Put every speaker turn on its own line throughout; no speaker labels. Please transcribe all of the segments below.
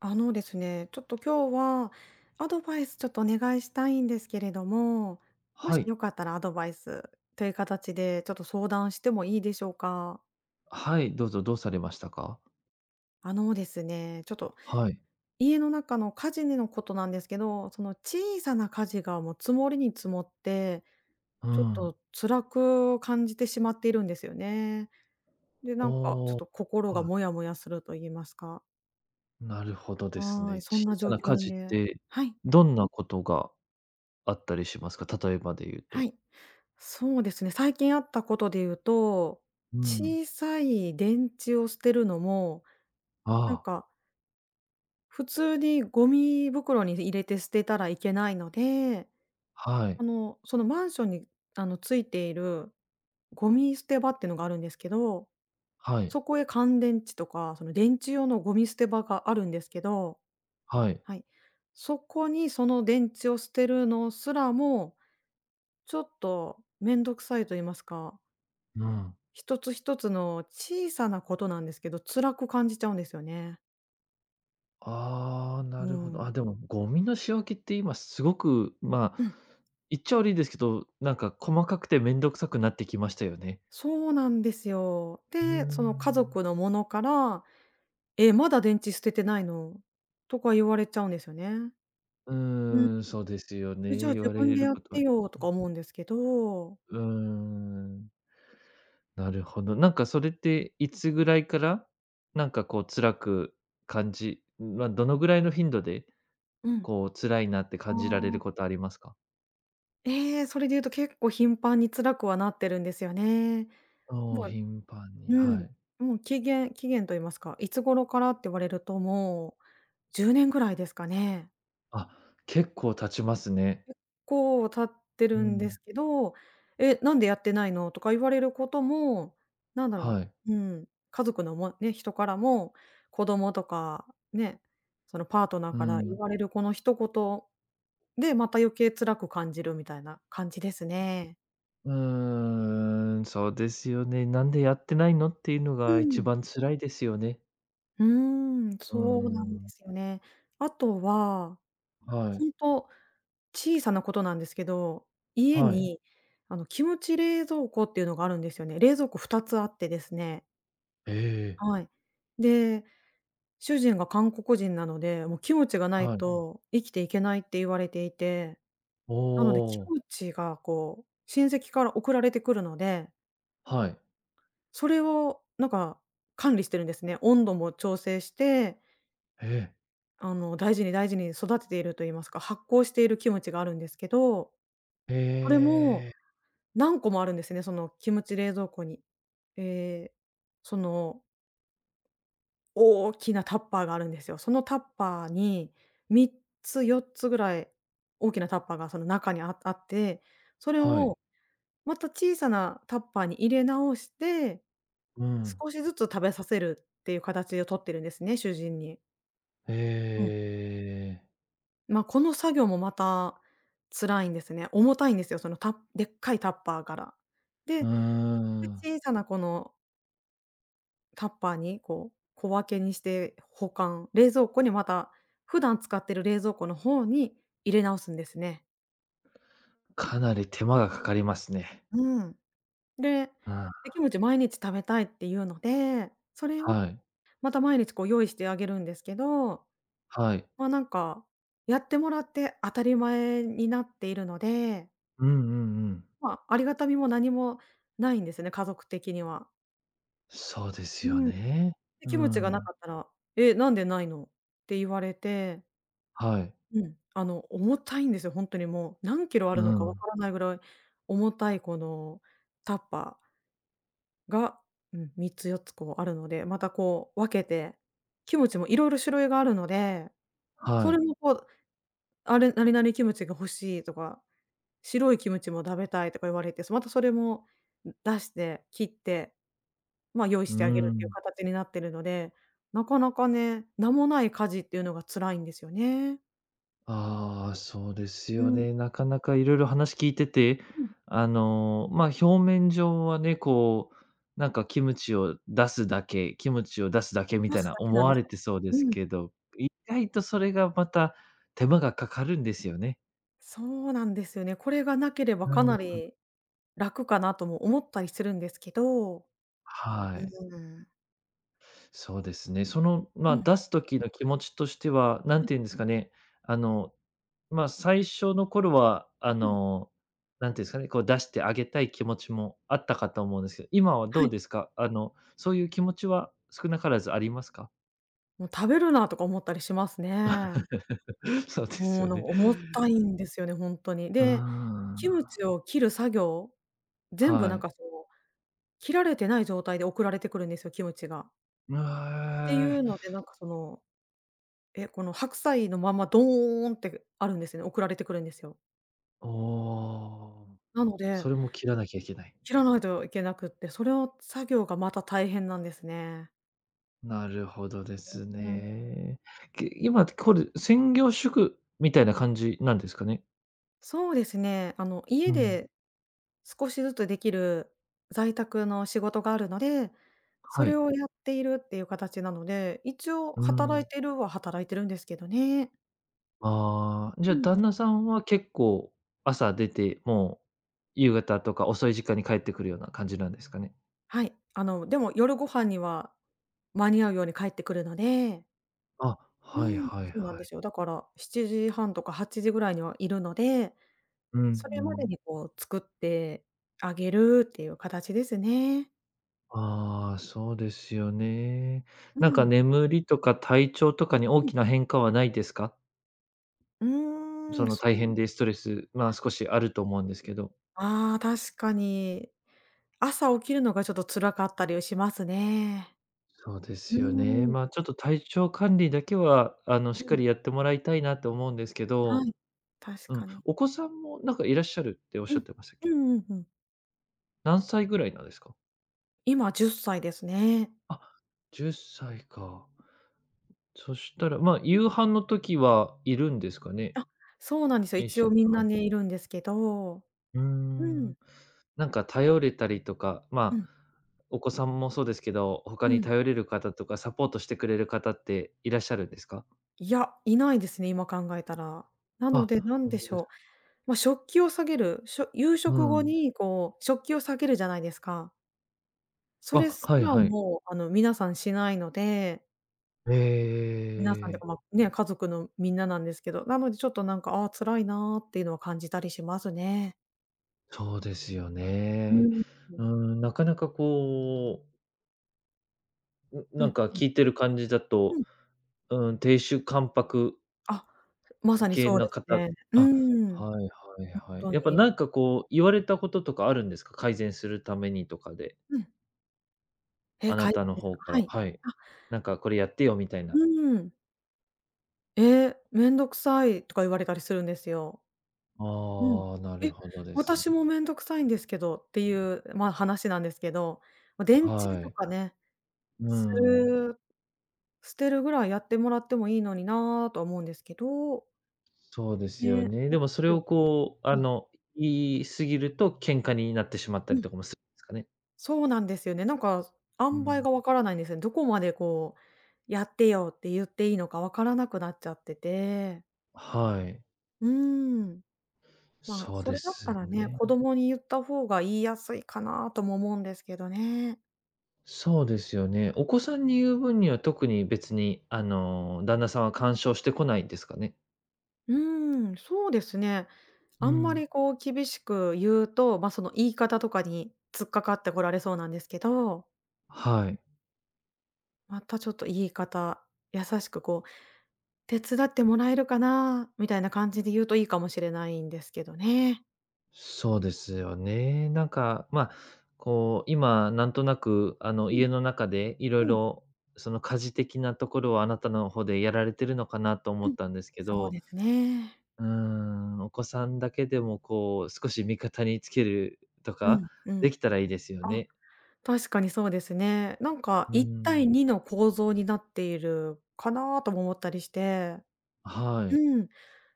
あのですね、ちょっと今日はアドバイスちょっとお願いしたいんですけれども、も
は
し
い。
よかったらアドバイスという形でちょっと相談してもいいでしょうか？
はい、どうぞ、どうされましたか？
あのですね、ちょっと
はい。
家の中の火事のことなんですけど、その小さな火事がもう積もりに積もって、
う
ちょっ
ん。
と辛く感じてしまっているんですよね。で、なんかちょっ
おお、
と心が
は
モヤモヤすると言いますか。
い。なるほどです
はい、
ね。
そん
小
な
さ
状
な家
況
事っ
で
て、
はい、
どんなことがあったりしますか？例えばで言う
は
と。
い。そうですね、最近あったことで言うと、
うん。
小さい電池を捨てるのも、なん
ああ、
か普通にゴミ袋に入れて捨てたらいけないので、
はい。
そのマンションに、ついているゴミ捨て場っていうのがあるんですけど、
はい。
そこへ乾電池とか、その電池用のゴミ捨て場があるんですけど、
はい。
はい。そこにその電池を捨てるのすらも、ちょっと面倒くさいと言いますか、
うん。
一つ一つの小さなことなんですけど、辛く感じちゃうんですよね。
ああ、な
う
るほど。
ん。
あ、でもゴミの仕分けって今すごく、まあ、
うん、
言っちゃ悪いですけど、なんか細かくてめんどくさくなってきましたよね。
そうなんですよ。
うー
で、その家
ん。
族のものから、「え、まだ電池捨ててないの？」とか言われちゃうんですよね。
う
うん。
ーん、そうですよ
「え、じ
ね、
ゃあ
言
自
われ
分で
る
やっ
こと
て
は
よ」とか思うんですけど、
うーん、なるほど。なんかそれっていつぐらいから、なんかこう辛く感じまあ、どのぐらいの頻度で、
うん。
こう辛いなって感じられる
あ
こ
あ、
とありますか？
ええ、それで言うと結構頻繁に辛くはなってるんですよね。
お
も
おー、
う
頻繁に、
う
は
ん、
い。
もう期限と言いますか、いつ頃からって言われると、もう10年ぐらいですかね。
あ、結構経ちますね。
結構経ってる
う
んで
ん、
すけど、「え、なんでやってないの？」とか言われることも、なんだろ
はい。
う、うん、家族のもね、人からも、子供とかね、そのパートナー
う
から言
ん。
われるこの一言で、また余計辛く感じるみたいな感じですね。
うーん、そうですよね。なんでやってないのっていうの
う
が一
ん。
番辛いですよね。
うーん、
うー
そうなんで
ん、
すよね。あとは、
は
ほ
い、
んと小さなことなんですけど、家
はい。
にキムチ冷蔵庫っていうのがあるんですよね。冷蔵庫2つあってですね
ええ、
はい。で、主人が韓国人なので、もうキムチがない
はい。
と生きていけないって言われていて、
お
なのでキ
お、
ムチがこう、親戚から送られてくるので、
はい、
それをなんか管理してるんですね。温度も調整して、
ええ。
大事に大事に育てていると言いますか、発酵しているキムチがあるんですけど、それ
へ
も
え、
何個もあるんですね、そのキムチ冷蔵庫に。ええ、その大きなタッパーがあるんですよ。そのタッパーに3つ、4つぐらい大きなタッパーがその中にああって、それ
はい。
をまた小さなタッパーに入れ直して、
うん。
少しずつ食べさせるっていう形をとってるんですね、主人に。
え
うん。
え、
まあ、この作業もまた辛いんですね。重たいんですよ、そのでっかいタッパーから。で、
うー
で、
ん。
小さなこのタッパーにこう、小分けにして保管、冷蔵庫にまた普段使ってる冷蔵庫の方に入れ直すんですね。
かなり手間がかかりますね。
うん。で、や
うん、
きも毎日食べたいっていうので、
はい、
また毎日こう用意してあげるんですけど、
はい。
ま、なんか、やってもらって当たり前になっているので、
うんうんうん。
ま、ありがたみも何もないんですね、家族的には。
そうです
う
よ
ん。
ね。
や
う
きもがな
ん。
かったら「え、なんでないの？」って言われて
はい。
うん、あの、重たいんですよ、ほんとにもう、何キロあ
う
るのかわ
ん。
からないぐらい重たいこのタッパーが、うん、3つ4つこうあるので、またこう分けて、キムチも色々種類があるので、
は
それ
い。
もこう、あれ「何々キムチが欲しい」とか「白いキムチも食べたい」とか言われて、またそれも、出して切って、ま、用意
う
してあげるっていう
ん。
形になってるので、なかなかね、名もない家事っていうのが辛いんですよね。
ああ、そうです
う
よ
ん、
ね。なかなかいろいろ話聞いてて、
うん、
あの、まあ、表面上はね、こう、なんかキムチを出すだけ、キムチを出すだけみ
出
たい
す
な
だけ
思
なんで
わ
す
れ
よ、
てそうで
ほん
す
と。うん。
けど、意外とそれがまた手間がかかるんですよね。
そうなんですよね。これがなければ
う
かな
ん。
り楽かなとも思ったりするんですけど。
は
う
い。
ーん。
そうですね。その、
う
まあ、
ん。
出す時の気持ちとしては、
は
何
い。
て言うんですかね、あのまあ、最初の頃は、あ
うん。
の、なんていうんですかね、こう出してあげたい気持ちもあったかと思うんですけど、今は
は
どう
い。
ですか？あの、そういう気持ちは少なからずありますか？
もう食べるなとか思ったりしますね。
そうです
もう
よ
なんか
ね。
重たいんですよね、ほんとに。
うー
で、
ん、
キムチを切る作業、全部
は
なん
い。
かその、切られてない状態で送られてくるんですよ、キムチが。
え
っ
え
ていうので、なんかその、え、この白菜のままドーンってあるんですよね、送られてくるんですよ。
ー、おー
なので
それも切らなきゃいけない。
切らないといけなくって、それを作業がまた大変なんですね。
なるほどです
うん。
ね。け今これ、専業主婦みたいな感じなんですかね？
そうですね、家
うん、
で少しずつできる在宅の仕事があるので、そ
は
れ
い。
をやっているっていう形なので、一応
う
働い
ん。
てるは働いてるんですけどね。
ああ、じ
う
ゃ、
ん。
旦那さんは結構朝出て、もう夕方とか遅い時間に帰ってくるような感じなんですかね？
はい、でも夜ご飯には間に合うように帰ってくるので
あ、
う
はい
ん。
はい
そうなん
は
で
い。
すよ。だから7時半とか8時ぐらいにはいるので
うんう
それまで
ん。
にこう作ってあげるっていう形ですね。
ああ、そうですよね。
う
なんか
ん。
眠りとか体調とかに大
うん。
きな変化はないですか？
うー
そ
ん、
の
そ
大
う。
変でストレス、まあ、少しあると思うんですけど。
ああ、確かに。朝起きるのがちょっと辛かったりはしますね。
そうで
う
すよね。
ーん。
まあ、ちょっと体調管理だけは、あの、し
う
っか
ん。
りやってもらいたいなと思うんですけ
は
ど、
い。確
うん、
かに。
お子さんもなんかいらっしゃるっておっ
う
しゃっ
ん。
てましたっ
う
け？
んうんうん。
何歳ぐらいなんですか？
今10歳ですね。
あ、10歳か。そしたら、ま、あ、夕飯の時はいるんですかね？
あ、そうなんですよ。
一
一
緒
応
に、
みん
は
な
い。
ね、いるんですけど。
うー
うん。
ん。なんか頼れたりとか、
う
ま
ん。
あ、お子さんもそうですけど、他
う
に
ん。
頼れる方とかサポートしてくれる方っていらっしゃるんですか？
いや、いないですね、今考えたら。なの
あ、
で、なん
ほ
で
んと
し
で
ょ
す
う。
か
ま、食器を下げる、夕
う
食後
ん。
にこう、食器を下げるじゃないですか。それ
あ、
す
はい
ら
はい。
もう、皆さんしないので、
え
皆さんってか、ま、
え、
ね、家族のみんななんですけど、なのでちょっとなんか、ああ、辛いなっていうのは感じたりしますね。
そうですよ
う
ね。
ん。うん
うーん、なかなかこう、ん、
う
なん
ん。
か聞いてる感じだ
う
と、
ん。
うん、亭主関白
あ、まさに
系
そうで
な
す
方
ね。う
あ、
ーん、
はいはいはい。
ほんと
やっぱ
に。
なんかこう、言われたこととかあるんですか？改善するためにとかで、
うん。え、
あな
改善
たの
です
方
か？
か
は
ら
い。
はい。
あ、
なんかこれやってよみたいな。
うん。めんどくさいとか言われたりするんですよ。うん。
ああ、なる
え、
ほどですね。
私も面倒くさいんですけどっていう、まあ、話なんですけど、ま、電池
は
と
い。
かね、
う
す
ん。
る捨てるぐらいやってもらってもいいのになとは思うんですけど、
そうです
ね、
よ
もっ
ね。
と
でもそれ
強く
をこう、
う
あ
ん
の、言い過ぎると喧嘩になってしまっ
う
たり
ん、
とかもするんですかね？
そうなんですよね。なんか
う
塩梅
ん。
がわからないんですよね。どこまでこう、やってよって言っていいのかわからなくなっちゃってて、
はい。
うーん、まあ、
そう
そ
で
れだった
す
らね、
ね。
子供に言った方が言いやすいかなとも思うんですけどね。
そうですよね。お子さんに言う分には特に別に、あの、旦那さんは干渉してこないんですかね？
うーん、そうですね。
う
あんま
ん。
りこう厳しく言うと、まあ、その言い方とかに突っかかってこられそうなんですけど、
はい。
またちょっと言い方、優しくこう「手伝ってもらえるかな？」みたいな感じで言うといいかもしれないんですけどね。
そうですよね。なんか、まあ、こう、今なんとなく、あの、
うん、
家の中でいろい
うん、
ろその家事的なところをあなたの方でやられてるのかなと思
うん。
ったんですけ
そう
ど、
ですね。
うーん、お子さんだけでもこう、少し味方につけると
う
か
ん、う
で
ん。
きたらいいですよ
あ、
ね。
確かにそうですね。なんか
う
1対
ん。
2の構造になっているかなとも思ったりして。
はい。
うん。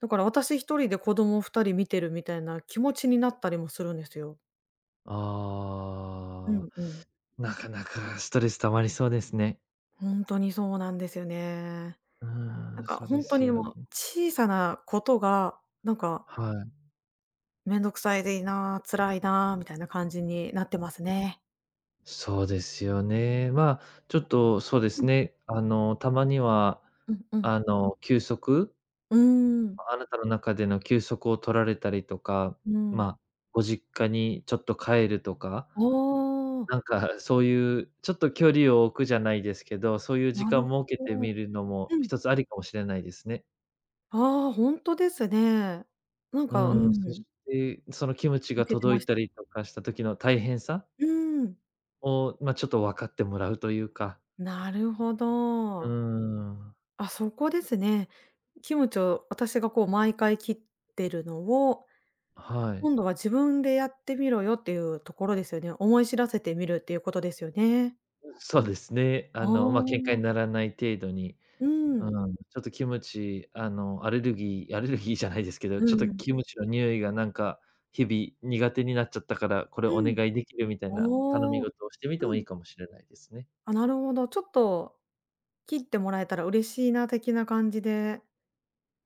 だから私一人で子供二人見てるみたいな気持ちになったりもするんですよ。う
あ
ん
あ。
うん。
なかなかストレス溜まりそうですね。
ほんとにそうなんですよね。
う
な
ー
ん
ん、
か
そう
ほ
で
んと
す
に
よ
も
ね
う小さなことが、なんか
はい。
めんどくさいでいな、辛いなみたいな感じになってますね。
そうですよね。まあ、ちょっとそうです
う
ね、あの、たまには、
んうんうん。
あの、休息
うーん。
あなたの中での休息を取られたりとか、
う
ま
ん。
あ、ご実家にちょっと帰るとか、
ああ、
なんかそういうちょっと距離を置くじゃないですけど、そういう時
な
間
るほ
設けて
ど。
みるの
う
も
ん。
一つありかもしれないですね。
ああ、ほんとですね。なんか、う
うん、そ
ん、
して、そのキムチ
抜
が
けて
届
ま
い
し
た
た。
りとかした時の大変さ
うーん、
をまあちょっと分かってもらうというか、
なるほ
うー
ど。
ん、
あ、そこですね。キムチを私がこう毎回切ってるのを、
はい。
今度は自分でやってみろよっていうところですよね。思い知らせてみるっていうことですよね。
そうですね。
あ
あの、まあ、喧嘩
あ、
にならない程度に、
う
う
ん。
ん、ちょっとキムチ、あの、アレルギーアレルギーじゃないですけど、
う
ちょっと
ん。
キムチの匂いがなんか、日々苦手になっちゃったから、これ
う
お願
ん。
いできるみたいな頼
お
み
お、
事をしてみて
う
もいい
ん。
かもしれないですね。
あ、なるほど。ちょっと切ってもらえたら嬉しいな的な感じで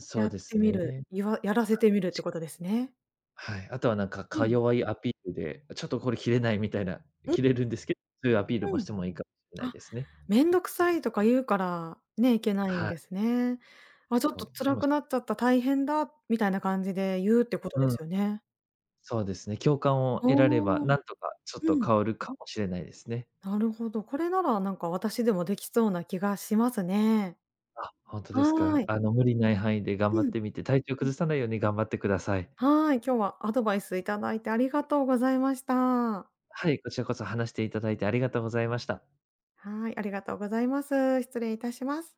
そ
や
う
っ
で
て
す
みる、
ね。
やらせてみるって
し
ことですね。
はい。あとはなんか、
う
か
ん。
弱いアピールで、ちょっとこれ切れないみたいな、
う
切れるんですけど、そういうアピール
ん
も
う
し
ん。
てもいいかもしれない
あ
ですね。
めんどくさいとか言うから、ね、いけないん
はい、
ですね。あ、ちょっ
そ
と
うか
辛
も
く
しれな
なっ
い
ちゃった、大変だみたいな感じで言うってこと
う
で
ん。
すよね。
そうですね、共感を
あ
得られば、な
あ、
んとかちょっ
う
と
ん。
変わるかもしれないですね。
なるほど。これならなんか私でもできそうな気がしますね。
あ、本当です
は
か。
い。
あの、無理ない範囲で頑張
う
っ
ん、
てみて、体調
うん。
崩さないように頑張ってください。
はい、今日はアドバイスいただいてありがとうございました。
はい、こちらこそ話していただいてありがとうございました。
はい、ありがとうございます。失礼いたします。